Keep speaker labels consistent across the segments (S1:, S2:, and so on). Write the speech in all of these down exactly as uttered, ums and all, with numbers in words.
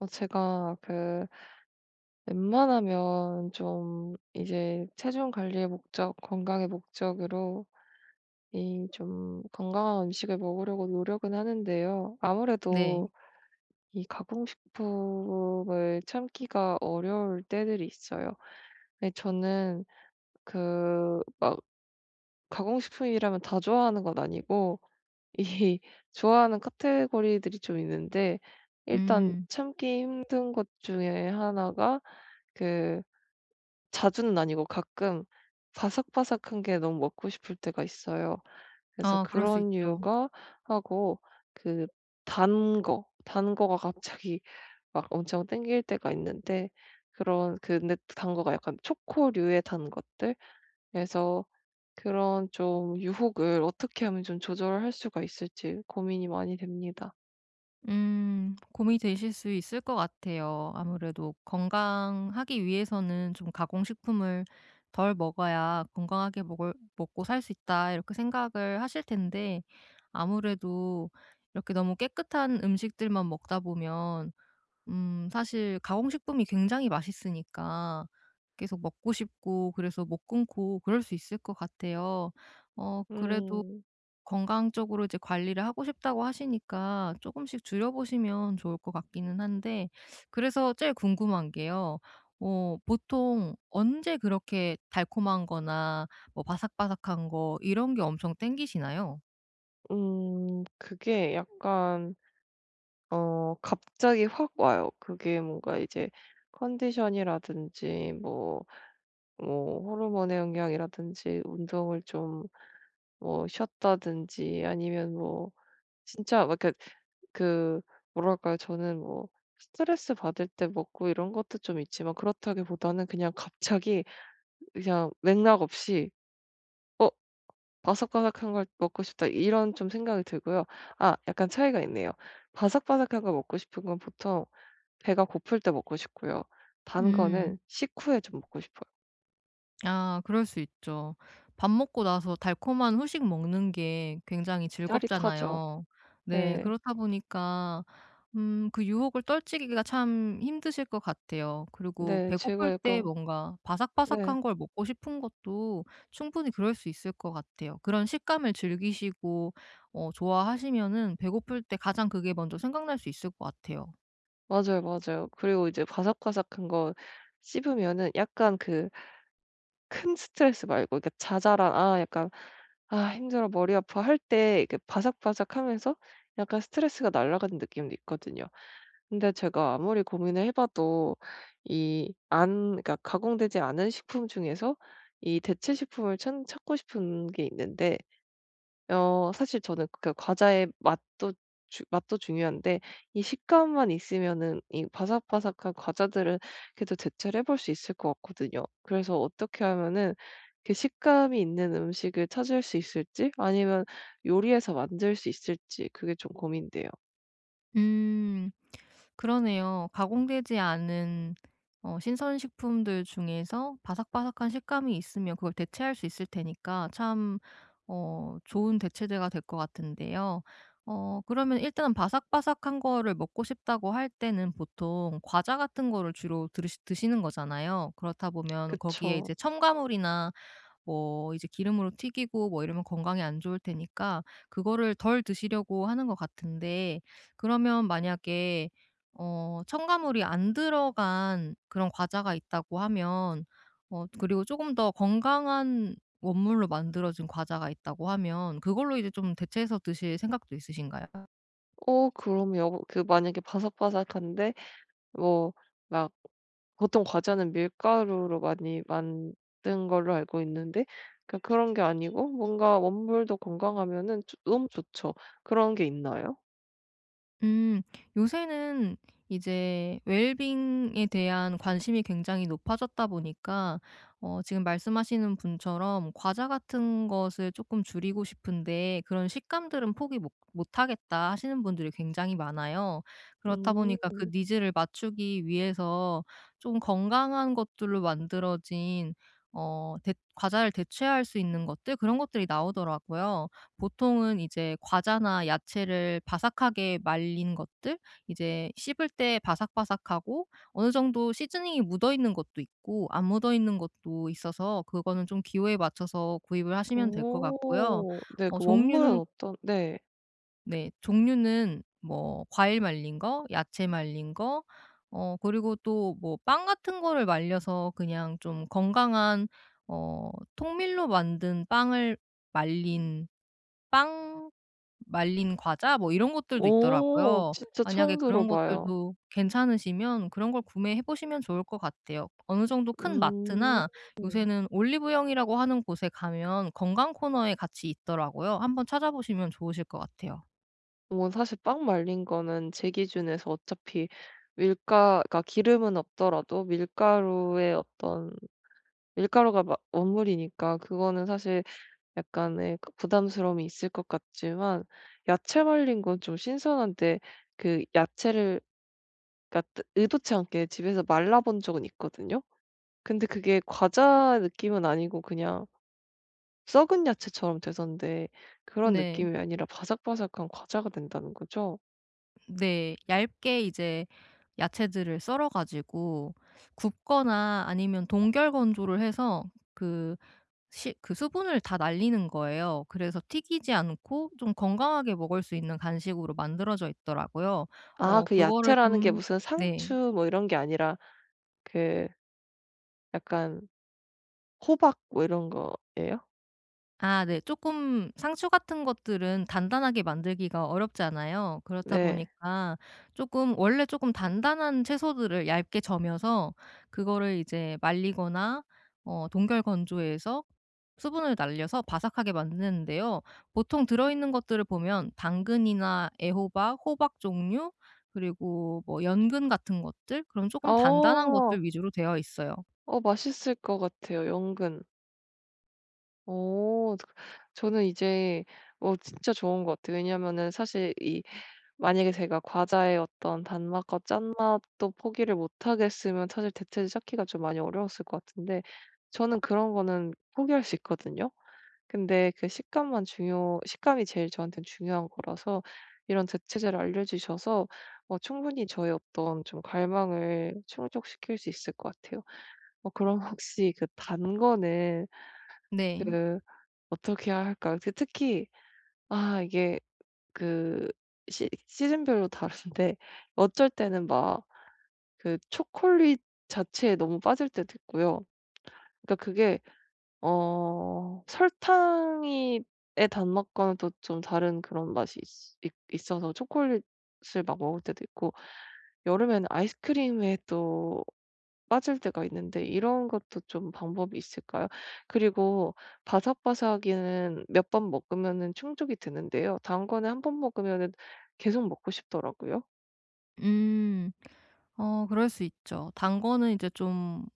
S1: 어 제가 그 웬만하면 좀 이제 체중 관리의 목적, 건강의 목적으로 이 좀 건강한 음식을 먹으려고 노력은 하는데요.
S2: 네.
S1: 아무래도 이 가공식품을 참기가 어려울 때들이 있어요. 근데 저는 그 막 가공식품이라면 다 좋아하는 건 아니고 이 좋아하는 카테고리들이 좀 있는데 일단
S2: 음.
S1: 참기 힘든 것 중에 하나가 그 자주는 아니고 가끔 바삭바삭한 게 너무 먹고 싶을 때가 있어요. 그래서
S2: 아 그럴 수
S1: 그런
S2: 있죠.
S1: 이유가 하고 그 단 거, 단 거가 갑자기 막 엄청 땡길 때가 있는데 그런 그 근데 단 거가 약간 초코류의 단 것들 그래서 그런 좀 유혹을 어떻게 하면 좀 조절할 수가 있을지 고민이 많이 됩니다.
S2: 음. 고민이 되실 수 있을 것 같아요. 아무래도 건강하기 위해서는 좀 '가공식품을 덜 먹어야 건강하게 먹을 먹고 살 수 있다.' 이렇게 생각을 하실 텐데 아무래도 이렇게 너무 깨끗한 음식들만 먹다 보면 음 사실 가공식품이 굉장히 맛있으니까 계속 먹고 싶고 그래서 못 끊고 그럴 수 있을 것 같아요. 어 그래도
S1: 음.
S2: 건강적으로 이제 관리를 하고 싶다고 하시니까 조금씩 줄여 보시면 좋을 것 같기는 한데, 그래서 제일 궁금한 게요. 어 보통 언제 그렇게 달콤한 거나 뭐 바삭바삭한 거 이런 게 엄청 땡기시나요?
S1: 음. 그게 약간 어 갑자기 확 와요. 그게 뭔가 이제 컨디션이라든지 뭐 뭐 호르몬의 영향이라든지 운동을 좀 뭐 쉬었다든지 아니면 뭐 진짜 막 그 그, 뭐랄까요? 저는 뭐 스트레스 받을 때 먹고 이런 것도 좀 있지만 그렇다기보다는 그냥 갑자기 그냥 맥락 없이 '어 바삭바삭한 걸 먹고 싶다.' 이런 좀 생각이 들고요. 아 약간 차이가 있네요. 바삭바삭한 거 먹고 싶은 건 보통 배가 고플 때 먹고 싶고요. 단
S2: 음.
S1: 거는 식후에 좀 먹고 싶어요.
S2: 아 그럴 수 있죠. 밥 먹고 나서 달콤한 후식 먹는 게 굉장히
S1: 짜릿하죠.
S2: 즐겁잖아요. 네.
S1: 네.
S2: 그렇다 보니까 음 그 유혹을 떨치기가 참 힘드실 것 같아요. 그리고
S1: 네.
S2: 배고플
S1: 제가
S2: 때
S1: 약간
S2: 뭔가
S1: 네.
S2: 바삭바삭한 걸 먹고 싶은 것도 충분히 그럴 수 있을 것 같아요. 그런 식감을 즐기시고, 어 좋아하시면은 배고플 때 가장 그게 먼저 생각날 수 있을 것 같아요.
S1: 맞아요, 맞아요. 그리고 이제 바삭바삭한 거 씹으면은 약간 그 큰 스트레스 말고 이렇게 자잘한 아 약간 '아 힘들어. 머리 아파.' 할 때 이렇게 바삭바삭하면서 약간 스트레스가 날아가는 느낌도 있거든요. 근데 제가 아무리 고민을 해 봐도 이 안 그러니까 가공되지 않은 식품 중에서 이 대체 식품을 찾, 찾고 싶은 게 있는데 어 사실 저는 그 과자의 맛도 주 맛도 중요한데 이 식감만 있으면은 이 바삭바삭한 과자들은 그래도 대체를 해볼 수 있을 것 같거든요. 그래서 어떻게 하면은 그 식감이 있는 음식을 찾을 수 있을지 아니면 요리해서 만들 수 있을지 그게 좀 고민돼요.
S2: 음. 그러네요. 가공되지 않은 어 신선식품들 중에서 바삭바삭한 식감이 있으면 그걸 대체할 수 있을 테니까 참 어 좋은 대체제가 될 것 같은데요. 어 그러면 일단은 바삭바삭한 거를 먹고 싶다고 할 때는 보통 과자 같은 거를 주로 들으시 드시는 거잖아요. 그렇다 보면 거기에 이제
S1: 그쵸.
S2: 첨가물이나 뭐 이제 기름으로 튀기고 뭐 이러면 건강에 안 좋을 테니까 그거를 덜 드시려고 하는 것 같은데, 그러면 만약에 어 첨가물이 안 들어간 그런 과자가 있다고 하면, 어 그리고 조금 더 건강한 원물로 만들어진 과자가 있다고 하면 그걸로 이제 좀 대체해서 드실 생각도 있으신가요?
S1: 어 그럼요. 그 만약에 바삭바삭한데 뭐 막 보통 과자는 밀가루로 많이 만든 걸로 알고 있는데 그 그런 게 아니고 뭔가 원물도 건강하면은 조 너무 좋죠. 그런 게 있나요?
S2: 음. 요새는 이제 웰빙에 대한 관심이 굉장히 높아졌다 보니까 어 지금 말씀하시는 분처럼 과자 같은 것을 조금 줄이고 싶은데 그런 식감들은 포기 못 못하겠다 하시는 분들이 굉장히 많아요. 그렇다
S1: 음.
S2: 보니까 그 니즈를 맞추기 위해서 좀 건강한 것들로 만들어진 어 대 과자를 대체할 수 있는 것들, 그런 것들이 나오더라고요. 보통은 이제 과자나 야채를 바삭하게 말린 것들, 이제 씹을 때 바삭바삭하고 어느 정도 시즈닝이 묻어 있는 것도 있고 안 묻어 있는 것도 있어서 그거는 좀 기호에 맞춰서 구입을 하시면 될 것 같고요.
S1: 오. 네
S2: 어
S1: 그 원물은
S2: 종류는
S1: 어떤 네.
S2: 네. 종류는 뭐 과일 말린 거, 야채 말린 거, 어 그리고 또 뭐 빵 같은 거를 말려서 그냥 좀 건강한 어 통밀로 만든 빵을 말린 빵, 말린 과자, 뭐 이런 것들도
S1: 오,
S2: 있더라고요.
S1: 진짜
S2: 만약에
S1: 처음
S2: 그런
S1: 들어봐요.
S2: 것들도 괜찮으시면 그런 걸 구매해 보시면 좋을 것 같아요. 어느 정도 큰
S1: 음.
S2: 마트나 요새는 올리브영이라고 하는 곳에 가면 건강 코너에 같이 있더라고요. 한번 찾아보시면 좋으실 것 같아요.
S1: 뭐 사실 빵 말린 거는 제 기준에서 어차피 밀가 그러니까 기름은 없더라도 밀가루의 어떤 밀가루가 막 원물이니까 그거는 사실 약간의 그 부담스러움이 있을 것 같지만 야채 말린 건 좀 신선한데 그 야채를 그러니까 뜨 의도치 않게 집에서 말라 본 적은 있거든요. 근데 그게 과자 느낌은 아니고 그냥 썩은 야채처럼 돼선데 그런
S2: 네.
S1: 느낌이 아니라 바삭바삭한 과자가 된다는 거죠.
S2: 네. 얇게 이제 야채들을 썰어 가지고 굽거나 아니면 동결 건조를 해서 그 시 그 수분을 다 날리는 거예요. 그래서 튀기지 않고 좀 건강하게 먹을 수 있는 간식으로 만들어져 있더라고요.
S1: 아
S2: 어
S1: 그
S2: 그거를
S1: 야채라는 게
S2: 좀.
S1: 무슨
S2: 네.
S1: 상추 뭐 이런 게 아니라 그 약간 호박 뭐 이런 거예요?
S2: 아 네. 조금 상추 같은 것들은 단단하게 만들기가 어렵잖아요. 그렇다
S1: 네.
S2: 보니까 조금 원래 조금 단단한 채소들을 얇게 저며서 그거를 이제 말리거나 어 동결 건조해서 수분을 날려서 바삭하게 만드는데요. 보통 들어있는 것들을 보면 당근이나 애호박, 호박 종류, 그리고 뭐 연근 같은 것들, 그런 조금 단단한
S1: 어.
S2: 것들 위주로 되어 있어요.
S1: 어 맛있을 것 같아요 연근. 오, 그, 저는 이제 어 진짜 좋은 것 같아요. 왜냐면은 사실 이 만약에 제가 과자의 어떤 단맛과 짠맛도 포기를 못 하겠으면 사실 대체를 찾기가 좀 많이 어려웠을 것 같은데 저는 그런 거는 포기할 수 있거든요. 근데 그 식감만 중요 식감이 제일 저한테는 중요한 거라서 이런 대체제를 알려주셔서 어 충분히 저의 어떤 좀 갈망을 충족시킬 수 있을 것 같아요. 어 그럼 혹시 그 단 거는
S2: 네.
S1: 그 어떻게 해야 할까요? 그 특히 아 이게 그 시 시즌별로 다른데 어쩔 때는 막 그 초콜릿 자체에 너무 빠질 때도 있고요. 그러니까 그게 어 설탕이 의 단맛과는 또 좀 다른 그런 맛이 있 있 있어서 초콜릿을 막 먹을 때도 있고 여름에는 아이스크림에 또 빠질 때가 있는데 이런 것도 좀 방법이 있을까요? 그리고 바삭바삭이는 몇 번 먹으면은 충족이 되는데요. 단 거는 한 번 먹으면은 계속 먹고 싶더라고요.
S2: 음. 어 그럴 수 있죠. 단 거는 이제 좀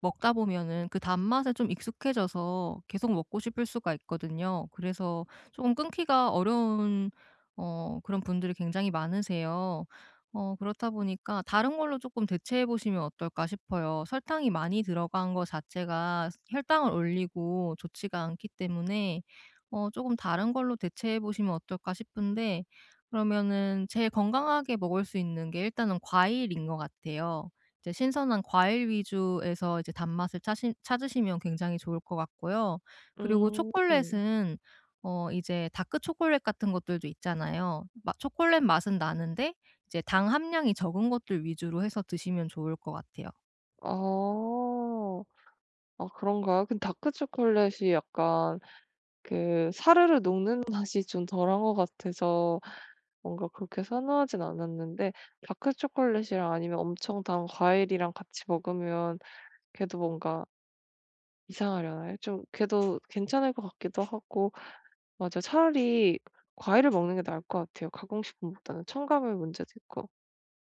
S2: 먹다 보면은 그 단맛에 좀 익숙해져서 계속 먹고 싶을 수가 있거든요. 그래서 조금 끊기가 어려운, 어 그런 분들이 굉장히 많으세요. 어 그렇다 보니까 다른 걸로 조금 대체해 보시면 어떨까 싶어요. 설탕이 많이 들어간 거 자체가 혈당을 올리고 좋지가 않기 때문에 어 조금 다른 걸로 대체해 보시면 어떨까 싶은데, 그러면은 제일 건강하게 먹을 수 있는 게 일단은 과일인 것 같아요. 이제 신선한 과일 위주에서 이제 단맛을 차시 찾으시면 굉장히 좋을 것 같고요. 그리고
S1: 음.
S2: 초콜릿은 어 이제 다크 초콜릿 같은 것들도 있잖아요. 마 초콜릿 맛은 나는데 이제 당 함량이 적은 것들 위주로 해서 드시면 좋을 것 같아요.
S1: 아. 아 그런가요? 근데 다크 초콜릿이 약간 그 사르르 녹는 맛이 좀 덜한 것 같아서 뭔가 그렇게 선호하진 않았는데 다크 초콜릿이랑 아니면 엄청 단 과일이랑 같이 먹으면 그래도 뭔가 이상하려나요? 좀 그래도 괜찮을 것 같기도 하고 맞아 차라리 과일을 먹는 게 나을 것 같아요, 가공식품보다는. 첨가물 문제도 있고.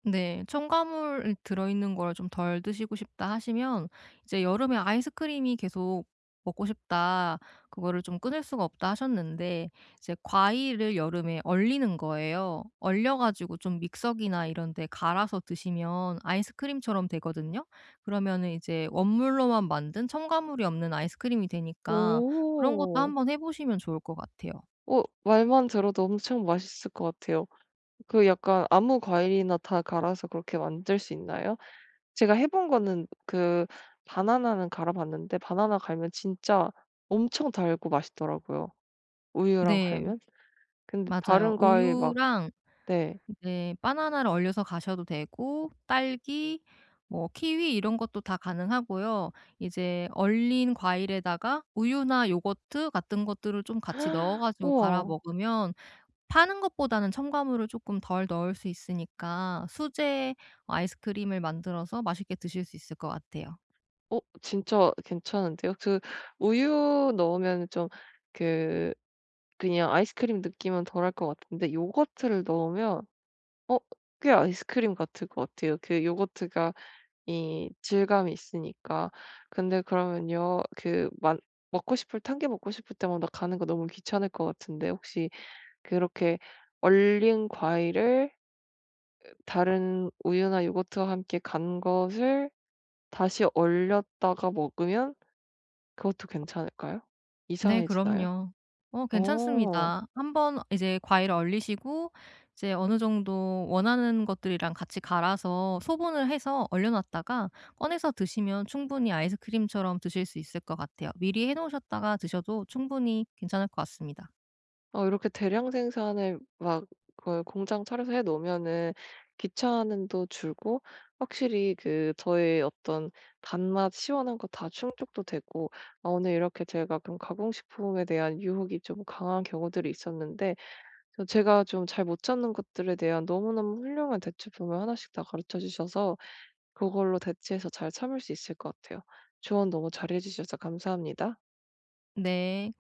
S2: 네. 첨가물 들어있는 걸 좀 덜 드시고 싶다 하시면, 이제 여름에 아이스크림이 계속 먹고 싶다, 그거를 좀 끊을 수가 없다 하셨는데, 이제 과일을 여름에 얼리는 거예요. 얼려 가지고 좀 믹서기나 이런 데 갈아서 드시면 아이스크림처럼 되거든요. 그러면은 이제 원물로만 만든 첨가물이 없는 아이스크림이 되니까 그런 것도
S1: 오.
S2: 한번 해 보시면 좋을 것 같아요.
S1: 어 말만 들어도 엄청 맛있을 것 같아요. 그 약간 아무 과일이나 다 갈아서 그렇게 만들 수 있나요? 제가 해본 거는 그 바나나는 갈아 봤는데 바나나 갈면 진짜 엄청 달고 맛있더라고요, 우유랑
S2: 네.
S1: 갈면. 근데
S2: 맞아요.
S1: 다른 과일 막
S2: 우유랑.
S1: 네.
S2: 네. 바나나를 얼려서 가셔도 되고 딸기 뭐 키위 이런 것도 다 가능하고요. 이제 얼린 과일에다가 우유나 요거트 같은 것들을 좀 같이 넣어 가지고 갈아
S1: 우와.
S2: 먹으면 파는 것보다는 첨가물을 조금 덜 넣을 수 있으니까 수제 아이스크림을 만들어서 맛있게 드실 수 있을 것 같아요.
S1: 어 진짜 괜찮은데요? 그 우유 넣으면 좀 그 그냥 아이스크림 느낌은 덜할 것 같은데 요거트를 넣으면 어 꽤 아이스크림 같을 것 같아요. 그 요거트가 이 질감이 있으니까. 근데 그러면요 그 만 먹고 싶을 탄 게 먹고 싶을 때마다 가는 거 너무 귀찮을 것 같은데 혹시 그렇게 얼린 과일을 다른 우유나 요거트와 함께 간 것을 다시 얼렸다가 먹으면 그것도 괜찮을까요?
S2: 네
S1: 이상해지나요?
S2: 그럼요. 어
S1: 어.
S2: 괜찮습니다. 한번 이제 과일을 얼리시고 이제 어느 정도 원하는 것들이랑 같이 갈아서 소분을 해서 얼려 놨다가 꺼내서 드시면 충분히 아이스크림처럼 드실 수 있을 것 같아요. 미리 해 놓으셨다가 드셔도 충분히 괜찮을 것 같습니다.
S1: 어 이렇게 대량 생산을 막 그걸 공장 차려서 해 놓으면은 귀찮음도 줄고 확실히 그 저의 어떤 단맛 시원한 거 다 충족도 되고 아 오늘 이렇게 제가 좀 가공식품에 대한 유혹이 좀 강한 경우들이 있었는데 저 제가 좀 잘 못 찾는 것들에 대한 너무너무 훌륭한 대체품을 하나씩 다 가르쳐 주셔서 그걸로 대체해서 잘 참을 수 있을 것 같아요. 조언 너무 잘해 주셔서 감사합니다.
S2: 네.